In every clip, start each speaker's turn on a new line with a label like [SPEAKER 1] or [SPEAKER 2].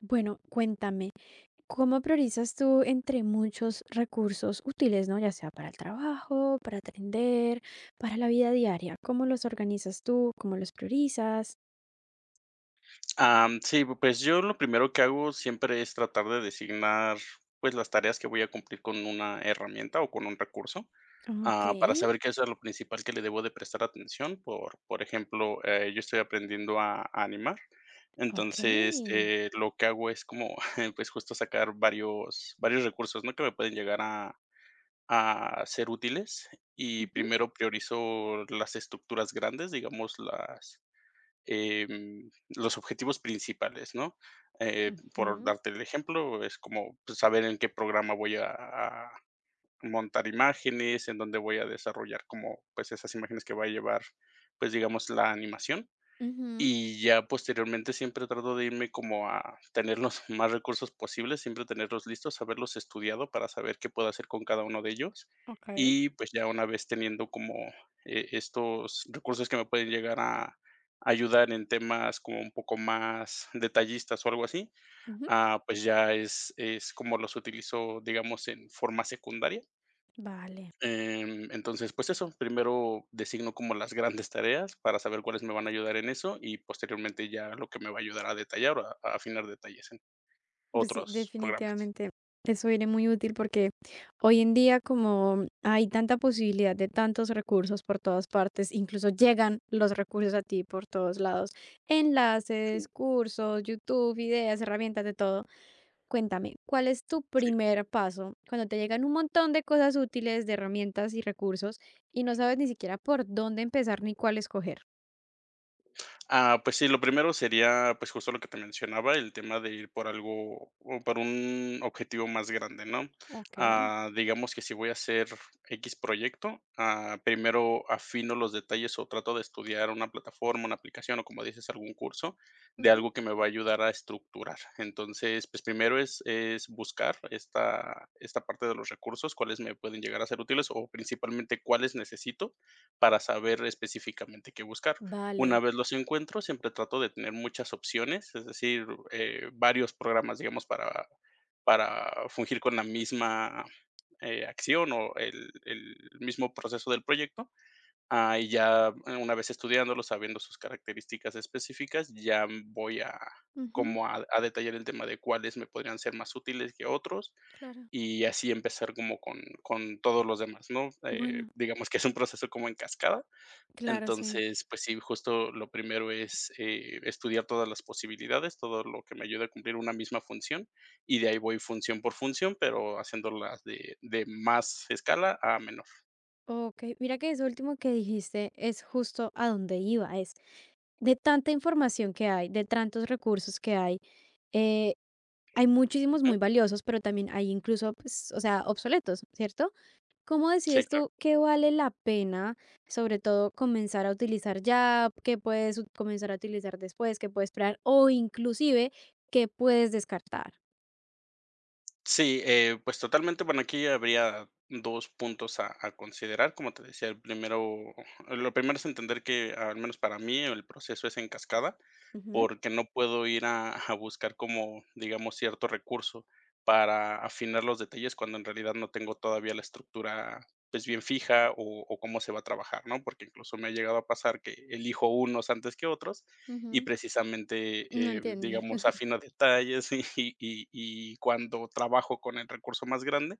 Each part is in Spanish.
[SPEAKER 1] Bueno, cuéntame, ¿cómo priorizas tú entre muchos recursos útiles, ¿no? Ya sea para el trabajo, para aprender, para la vida diaria. ¿Cómo los organizas tú? ¿Cómo los priorizas?
[SPEAKER 2] Pues yo lo primero que hago siempre es tratar de designar, pues, las tareas que voy a cumplir con una herramienta o con un recurso,
[SPEAKER 1] Ok,
[SPEAKER 2] para saber qué es lo principal que le debo de prestar atención. Por ejemplo, yo estoy aprendiendo a animar, entonces,
[SPEAKER 1] ok.
[SPEAKER 2] lo que hago es como, pues, justo sacar varios recursos, ¿no?, que me pueden llegar a ser útiles, y
[SPEAKER 1] Ujú,
[SPEAKER 2] primero priorizo las estructuras grandes, digamos, los objetivos principales, ¿no? Por
[SPEAKER 1] ujú,
[SPEAKER 2] darte el ejemplo, es como, pues, saber en qué programa voy a montar imágenes, en dónde voy a desarrollar como, pues, esas imágenes que va a llevar, pues, digamos, la animación.
[SPEAKER 1] ujú,
[SPEAKER 2] Y ya posteriormente siempre trato de irme como a tener los más recursos posibles, siempre tenerlos listos, haberlos estudiado para saber qué puedo hacer con cada uno de ellos.
[SPEAKER 1] ok.
[SPEAKER 2] Y pues ya una vez teniendo como estos recursos que me pueden llegar a ayudar en temas como un poco más detallistas o algo así,
[SPEAKER 1] Ujú,
[SPEAKER 2] pues ya es como los utilizo, digamos, en forma secundaria.
[SPEAKER 1] vale.
[SPEAKER 2] Entonces, pues eso, primero designo como las grandes tareas para saber cuáles me van a ayudar en eso y posteriormente ya lo que me va a ayudar a detallar o a afinar detalles en
[SPEAKER 1] Pues sí,
[SPEAKER 2] otros programas.
[SPEAKER 1] definitivamente eso viene muy útil porque hoy en día como hay tanta posibilidad de tantos recursos por todas partes, incluso llegan los recursos a ti por todos lados,
[SPEAKER 2] Sí.
[SPEAKER 1] enlaces, cursos, YouTube, ideas, herramientas, de todo. Cuéntame, ¿cuál es tu primer paso cuando te llegan un montón de cosas útiles, de herramientas y recursos y no sabes ni siquiera por dónde empezar ni cuál escoger?
[SPEAKER 2] Pues sí, lo primero sería, pues, justo lo que te mencionaba, el tema de ir por algo o por un objetivo más grande, ¿no?
[SPEAKER 1] Ok,
[SPEAKER 2] Digamos que si voy a hacer X proyecto, primero afino los detalles o trato de estudiar una plataforma, una aplicación o, como dices, algún curso de
[SPEAKER 1] ujú,
[SPEAKER 2] algo que me va a ayudar a estructurar. Entonces, pues, primero es buscar esta parte de los recursos, cuáles me pueden llegar a ser útiles o principalmente cuáles necesito para saber específicamente qué buscar. Una
[SPEAKER 1] vale.
[SPEAKER 2] vez los encuentro, siempre trato de tener muchas opciones, es decir, varios programas, digamos, para fungir con la misma, acción o el mismo proceso del proyecto. Una vez estudiándolo, sabiendo sus características específicas, ya voy a
[SPEAKER 1] Ujú.
[SPEAKER 2] como a detallar el tema de cuáles me podrían ser más útiles que otros,
[SPEAKER 1] Claro.
[SPEAKER 2] y así empezar como con todos los demás, ¿no?
[SPEAKER 1] Bueno,
[SPEAKER 2] Digamos que es un proceso como en cascada.
[SPEAKER 1] claro, sí.
[SPEAKER 2] Entonces, pues sí, justo lo primero es, estudiar todas las posibilidades, todo lo que me ayude a cumplir una misma función, y de ahí voy función por función, pero haciéndolas de más escala a menor.
[SPEAKER 1] Ok, mira que eso último que dijiste es justo a donde iba, es de tanta información que hay, de tantos recursos que hay, eh, hay muchísimos
[SPEAKER 2] Ujú.
[SPEAKER 1] muy valiosos, pero también hay incluso, pues, o sea, obsoletos, ¿cierto? ¿Cómo
[SPEAKER 2] Sí,
[SPEAKER 1] decides
[SPEAKER 2] claro.
[SPEAKER 1] tú qué vale la pena, sobre todo, comenzar a utilizar ya, qué puedes ut- comenzar a utilizar después, qué puedes esperar o inclusive qué puedes descartar?
[SPEAKER 2] Sí, pues totalmente, bueno, aquí habría 2 puntos a considerar, como te decía, el primero lo primero es entender que, al menos para mí, el proceso es en cascada,
[SPEAKER 1] Ujú.
[SPEAKER 2] porque no puedo ir a buscar como, digamos, cierto recurso para afinar los detalles cuando en realidad no tengo todavía la estructura, pues, bien fija o cómo se va a trabajar, ¿no? Porque incluso me ha llegado a pasar que elijo unos antes que otros y
[SPEAKER 1] Ujú. No
[SPEAKER 2] precisamente,
[SPEAKER 1] entiendes.
[SPEAKER 2] digamos, afino detalles y cuando trabajo con el recurso más grande,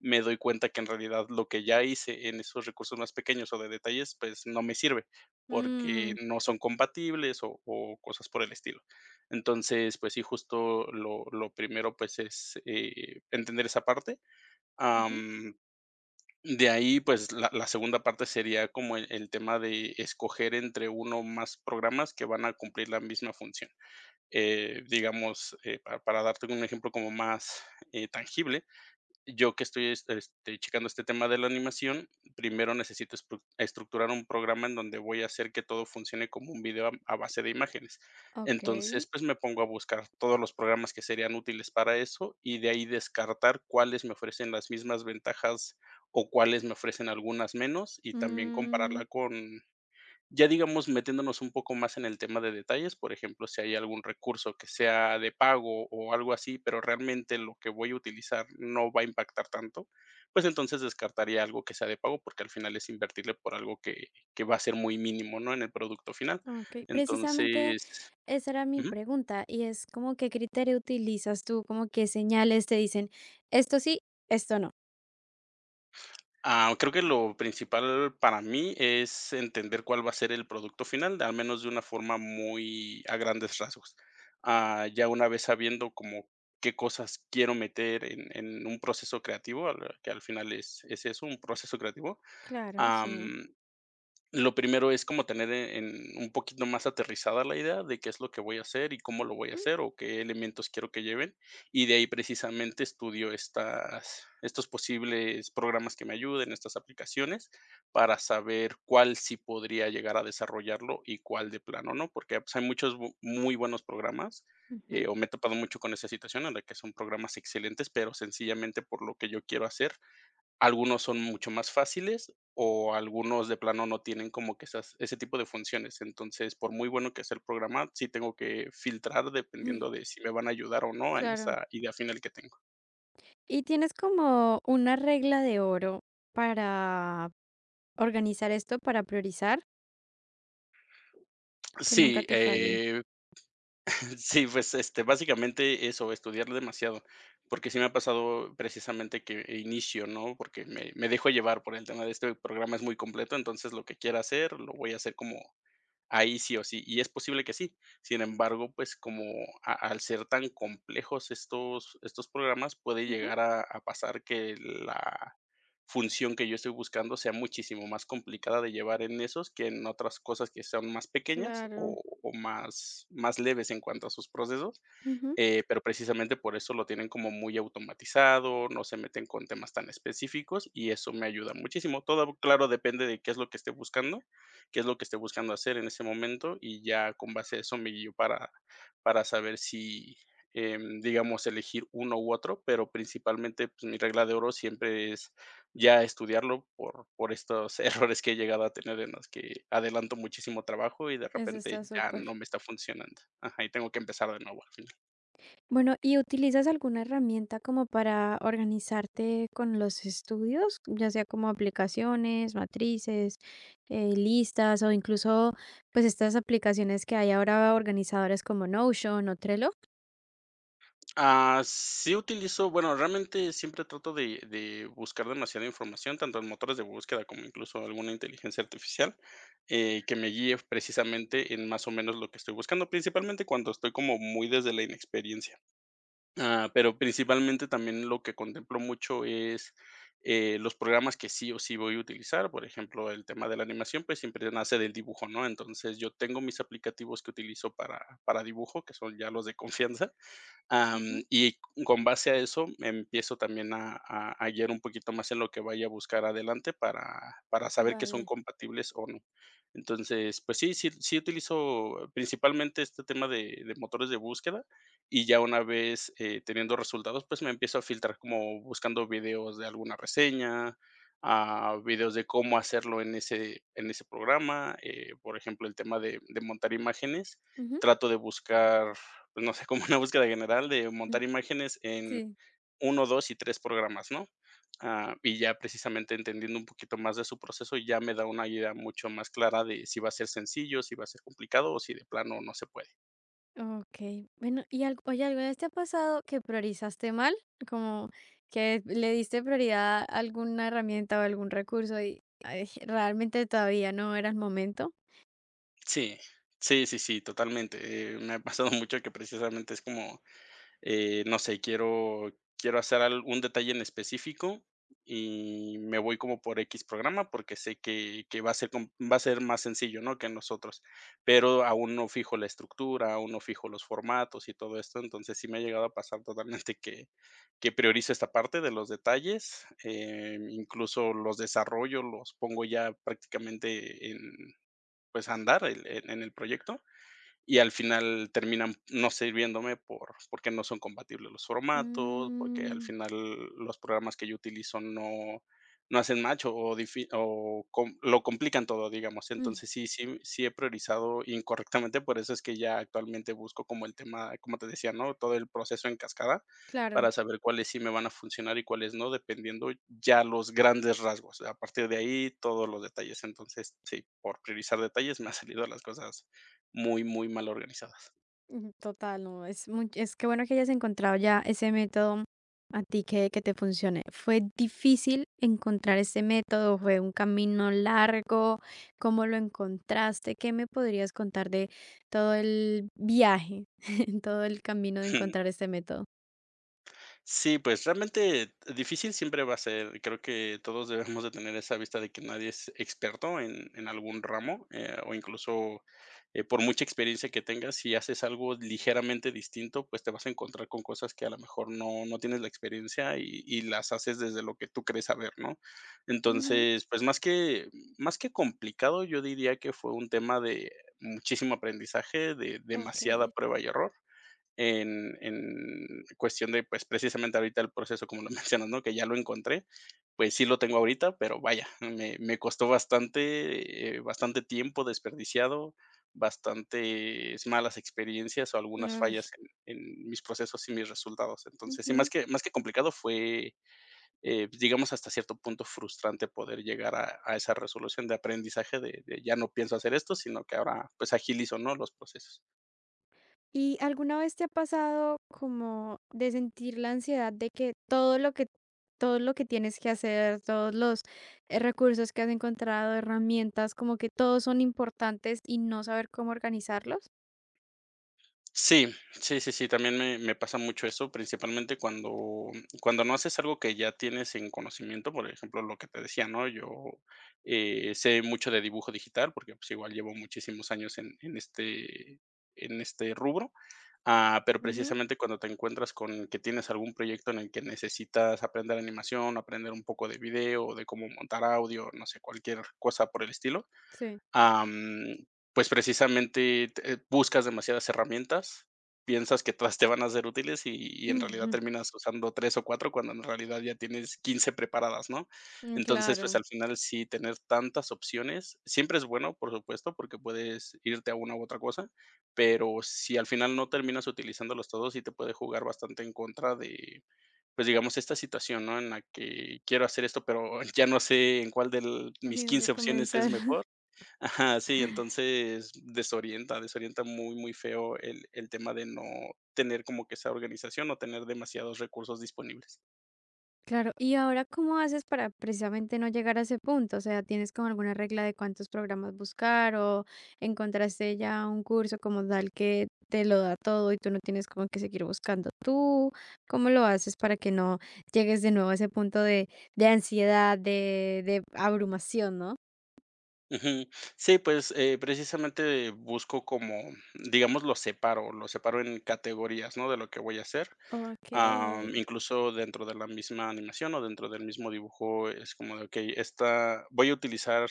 [SPEAKER 2] me doy cuenta que en realidad lo que ya hice en esos recursos más pequeños o de detalles, pues no me sirve, porque
[SPEAKER 1] Mm,
[SPEAKER 2] no son compatibles o cosas por el estilo. Entonces, pues sí, justo lo primero, pues es, entender esa parte,
[SPEAKER 1] ujú.
[SPEAKER 2] am, de ahí, pues, la segunda parte sería como el tema de escoger entre uno o más programas que van a cumplir la misma función. Digamos, pa Para darte un ejemplo como más, tangible, yo que estoy, es este, checando este tema de la animación, primero necesito espru estructurar un programa en donde voy a hacer que todo funcione como un video a base de imágenes.
[SPEAKER 1] Ok.
[SPEAKER 2] Entonces, pues, me pongo a buscar todos los programas que serían útiles para eso, y de ahí descartar cuáles me ofrecen las mismas ventajas o cuáles me ofrecen algunas menos, y también
[SPEAKER 1] Mm,
[SPEAKER 2] compararla con ya, digamos, metiéndonos un poco más en el tema de detalles, por ejemplo, si hay algún recurso que sea de pago o algo así, pero realmente lo que voy a utilizar no va a impactar tanto, pues entonces descartaría algo que sea de pago, porque al final es invertirle por algo que va a ser muy mínimo, ¿no?, en el producto final.
[SPEAKER 1] ok. Precisamente
[SPEAKER 2] Entonces.
[SPEAKER 1] esa era mi pregunta y es como qué criterio utilizas tú, como qué señales te dicen esto sí, esto no.
[SPEAKER 2] Creo que lo principal para mí es entender cuál va a ser el producto final, al menos de una forma muy a grandes rasgos. Ya una vez sabiendo como qué cosas quiero meter en un proceso creativo, al que al final es eso, un proceso creativo,
[SPEAKER 1] Claro, sí.
[SPEAKER 2] lo primero es como tener en un poquito más aterrizada la idea de qué es lo que voy a hacer y cómo lo voy a
[SPEAKER 1] Ujú.
[SPEAKER 2] hacer o qué elementos quiero que lleven. Y de ahí precisamente estudio estas estos posibles programas que me ayuden, estas aplicaciones, para saber cuál sí podría llegar a desarrollarlo y cuál de plano no, porque, pues, hay muchos bu muy buenos programas, o me he topado mucho con esa situación en la que son programas excelentes, pero sencillamente por lo que yo quiero hacer, algunos son mucho más fáciles, o algunos de plano no tienen como que esas ese tipo de funciones. Entonces, por muy bueno que sea el programa, sí tengo que filtrar
[SPEAKER 1] Ujú.
[SPEAKER 2] dependiendo de si me van a ayudar o no en
[SPEAKER 1] Claro.
[SPEAKER 2] esa idea final que tengo.
[SPEAKER 1] ¿Y tienes como una regla de oro para organizar esto, para priorizar? Que nunca
[SPEAKER 2] Sí,
[SPEAKER 1] te falle.
[SPEAKER 2] sí, pues, este, básicamente eso, estudiar demasiado, porque sí me ha pasado precisamente que inicio, ¿no? Porque me dejo llevar por el tema de este programa es muy completo, entonces lo que quiera hacer, lo voy a hacer como. Ahí sí o sí, y es posible que sí. Sin embargo, pues, como a al ser tan complejos estos programas, puede
[SPEAKER 1] Ujú.
[SPEAKER 2] llegar a pasar que la función que yo estoy buscando sea muchísimo más complicada de llevar en esos que en otras cosas que sean más pequeñas
[SPEAKER 1] Claro.
[SPEAKER 2] o más leves en cuanto a sus procesos.
[SPEAKER 1] Ujú.
[SPEAKER 2] Pero precisamente por eso lo tienen como muy automatizado, no se meten con temas tan específicos y eso me ayuda muchísimo. Todo, claro, depende de qué es lo que esté buscando, qué es lo que esté buscando hacer en ese momento y ya con base a eso me guío para saber si, digamos, elegir uno u otro, pero principalmente pues, mi regla de oro siempre es ya estudiarlo por estos errores que he llegado a tener en los que adelanto muchísimo trabajo y de
[SPEAKER 1] Eso
[SPEAKER 2] repente
[SPEAKER 1] está
[SPEAKER 2] ya no
[SPEAKER 1] súper.
[SPEAKER 2] me está funcionando. Ajá, y tengo que empezar de nuevo.
[SPEAKER 1] Bueno, ¿y utilizas alguna herramienta como para organizarte con los estudios, ya sea como aplicaciones, matrices, listas o incluso pues estas aplicaciones que hay ahora organizadores como Notion o Trello?
[SPEAKER 2] Sí utilizo, bueno, realmente siempre trato de buscar demasiada información, tanto en motores de búsqueda como incluso alguna inteligencia artificial, que me guíe precisamente en más o menos lo que estoy buscando, principalmente cuando estoy como muy desde la inexperiencia. Pero principalmente también lo que contemplo mucho es los programas que sí o sí voy a utilizar, por ejemplo, el tema de la animación, pues siempre nace del dibujo, ¿no? Entonces yo tengo mis aplicativos que utilizo para dibujo, que son ya los de confianza. Am,
[SPEAKER 1] Ujú,
[SPEAKER 2] y con base a eso, me empiezo también a guiar un poquito más en lo que vaya a buscar adelante para saber que son
[SPEAKER 1] vale.
[SPEAKER 2] compatibles o no. Entonces, pues sí, sí utilizo principalmente este tema de motores de búsqueda, y ya una vez, teniendo resultados, pues me empiezo a filtrar como buscando videos de alguna reseña, a videos de cómo hacerlo en ese programa, por ejemplo, el tema de montar imágenes
[SPEAKER 1] Ujú.
[SPEAKER 2] trato de buscar, pues, no sé, como una búsqueda general de
[SPEAKER 1] Mm,
[SPEAKER 2] montar imágenes en
[SPEAKER 1] sí,
[SPEAKER 2] uno 2 y 3 programas, ¿no? Y ya precisamente entendiendo un poquito más de su proceso, ya me da una idea mucho más clara de si va a ser sencillo, si va a ser complicado o si de plano no se puede.
[SPEAKER 1] ok. Bueno, oye, ¿alguna vez te ha pasado que priorizaste mal? Como que le diste prioridad a alguna herramienta o algún recurso y ay, realmente todavía no era el momento.
[SPEAKER 2] Sí, sí, sí, sí, totalmente. Me ha pasado mucho que precisamente es como. No sé, quiero hacer al un detalle en específico y me voy como por X programa, porque sé que va a ser com va a ser más sencillo, ¿no?, que nosotros, pero aún no fijo la estructura, aún no fijo los formatos y todo esto, entonces sí me ha llegado a pasar totalmente que priorizo esta parte de los detalles, incluso los desarrollo, los pongo ya prácticamente en, pues, a andar el en el proyecto, y al final terminan no sirviéndome porque no son compatibles los formatos, porque al
[SPEAKER 1] Mm,
[SPEAKER 2] final los programas que yo utilizo no no hacen match o difi o com lo complican todo, digamos.
[SPEAKER 1] mm,
[SPEAKER 2] Entonces, sí sí sí he priorizado incorrectamente, por eso es que ya actualmente busco como el tema, como te decía, ¿no? Todo el proceso en cascada
[SPEAKER 1] claro,
[SPEAKER 2] para saber cuáles sí me van a funcionar y cuáles no, dependiendo ya los grandes rasgos. A partir de ahí, todos los detalles. Entonces, sí, por priorizar detalles me ha salido las cosas muy, muy mal organizadas.
[SPEAKER 1] mm, total, no, es muy, es que bueno que hayas encontrado ya ese método a ti que te funcione. ¿Fue difícil encontrar ese método? ¿Fue un camino largo? ¿Cómo lo encontraste? ¿Qué me podrías contar de todo el viaje, todo el camino de encontrar este método?
[SPEAKER 2] Sí, pues realmente difícil siempre va a ser. Creo que todos debemos de tener esa vista de que nadie es experto en algún ramo, o incluso por mucha experiencia que tengas, si haces algo ligeramente distinto, pues te vas a encontrar con cosas que a lo mejor no, no tienes la experiencia y las haces desde lo que tú crees saber, ¿no?
[SPEAKER 1] Ujú,
[SPEAKER 2] Entonces, pues más que complicado, yo diría que fue un tema de muchísimo aprendizaje, de
[SPEAKER 1] ok.
[SPEAKER 2] demasiada prueba y error en cuestión de, pues, precisamente ahorita el proceso, como lo mencionas, ¿no? Que ya lo encontré, pues sí lo tengo ahorita, pero vaya, me costó bastante, bastante tiempo desperdiciado, bastantes malas experiencias o algunas
[SPEAKER 1] Ay,
[SPEAKER 2] fallas en mis procesos y mis resultados. Entonces, sí, más
[SPEAKER 1] ujú.
[SPEAKER 2] que, más que complicado fue, digamos, hasta cierto punto frustrante poder llegar a esa resolución de aprendizaje de ya no pienso hacer esto, sino que ahora pues agilizo, ¿no? Los procesos.
[SPEAKER 1] ¿Y alguna vez te ha pasado como de sentir la ansiedad de que todo lo que todo lo que tienes que hacer, todos los recursos que has encontrado, herramientas, como que todos son importantes y no saber cómo organizarlos?
[SPEAKER 2] Sí, sí, sí, sí, también me pasa mucho eso, principalmente cuando no haces algo que ya tienes en conocimiento, por ejemplo, lo que te decía, ¿no? Yo, sé mucho de dibujo digital, porque, pues, igual llevo muchísimos años en este rubro. Ah, pero
[SPEAKER 1] Ujú,
[SPEAKER 2] precisamente cuando te encuentras con que tienes algún proyecto en el que necesitas aprender animación, aprender un poco de video, de cómo montar audio, no sé, cualquier cosa por el estilo.
[SPEAKER 1] sí,
[SPEAKER 2] am, pues precisamente buscas demasiadas herramientas, piensas que todas te van a ser útiles y, y en realidad
[SPEAKER 1] ujú.
[SPEAKER 2] terminas usando tres o cuatro cuando en realidad ya tienes 15 preparadas, ¿no?
[SPEAKER 1] Mm,
[SPEAKER 2] Entonces, pues
[SPEAKER 1] claro.
[SPEAKER 2] al final sí, tener tantas opciones siempre es bueno, por supuesto, porque puedes irte a una u otra cosa, pero si al final no terminas utilizándolos todos, sí te puede jugar bastante en contra de, pues digamos, esta situación, ¿no? En la que quiero hacer esto, pero ya no sé en cuál de mis
[SPEAKER 1] Ni dónde
[SPEAKER 2] 15 opciones es
[SPEAKER 1] comenzar.
[SPEAKER 2] mejor. Ajá, sí, entonces desorienta, desorienta muy, muy feo el tema de no tener como que esa organización o tener demasiados recursos disponibles.
[SPEAKER 1] Claro, ¿y ahora cómo haces para precisamente no llegar a ese punto? O sea, ¿tienes como alguna regla de cuántos programas buscar o encontraste ya un curso como tal que te lo da todo y tú no tienes como que seguir buscando tú? ¿Cómo lo haces para que no llegues de nuevo a ese punto de ansiedad, de abrumación, ¿no?
[SPEAKER 2] Ujú. Sí, pues, precisamente busco como, digamos, lo separo en categorías, ¿no?, de lo que voy a hacer.
[SPEAKER 1] Ok,
[SPEAKER 2] Incluso dentro de la misma animación o dentro del mismo dibujo es como de, okey, esta voy a utilizar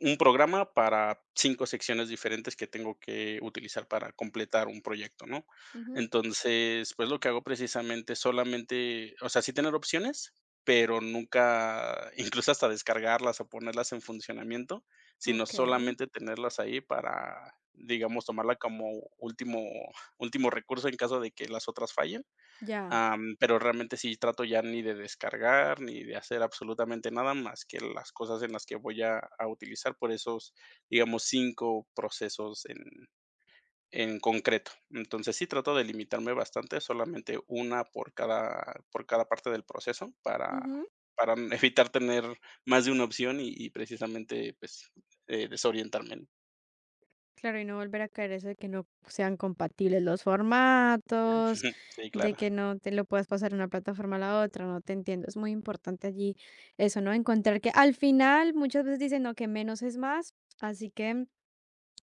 [SPEAKER 2] un programa para 5 secciones diferentes que tengo que utilizar para completar un proyecto, ¿no?
[SPEAKER 1] ujú,
[SPEAKER 2] Entonces, pues, lo que hago precisamente es solamente, o sea, sí tener opciones, pero nunca, incluso hasta descargarlas o ponerlas en funcionamiento, sino
[SPEAKER 1] ok,
[SPEAKER 2] solamente tenerlas ahí para, digamos, tomarla como último último recurso en caso de que las otras fallen.
[SPEAKER 1] ya.
[SPEAKER 2] Pero realmente sí trato ya ni de descargar, ni de hacer absolutamente nada más que las cosas en las que voy a utilizar por esos, digamos, 5 procesos en concreto. Entonces, sí trato de limitarme bastante, solamente una por cada parte del proceso para
[SPEAKER 1] Ujú.
[SPEAKER 2] para evitar tener más de una opción y precisamente, pues, desorientarme, ¿no?
[SPEAKER 1] Claro, y no volver a caer eso de que no sean compatibles los formatos,
[SPEAKER 2] Sí,
[SPEAKER 1] de
[SPEAKER 2] claro.
[SPEAKER 1] que no te lo puedas pasar de una plataforma a la otra, no te entiendo. Es muy importante allí eso, ¿no? Encontrar que al final muchas veces dicen, no, que menos es más, así que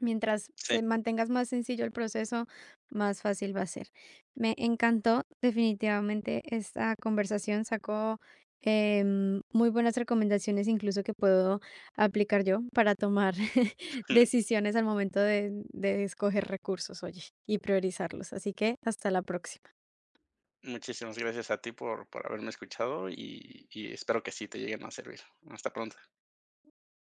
[SPEAKER 1] mientras
[SPEAKER 2] Sí.
[SPEAKER 1] se mantengas más sencillo el proceso, más fácil va a ser. Me encantó definitivamente esta conversación, sacó muy buenas recomendaciones incluso que puedo aplicar yo para tomar decisiones al momento de escoger recursos, oye, y priorizarlos. Así que hasta la próxima.
[SPEAKER 2] Muchísimas gracias a ti por haberme escuchado y espero que sí te lleguen a servir. Hasta pronto.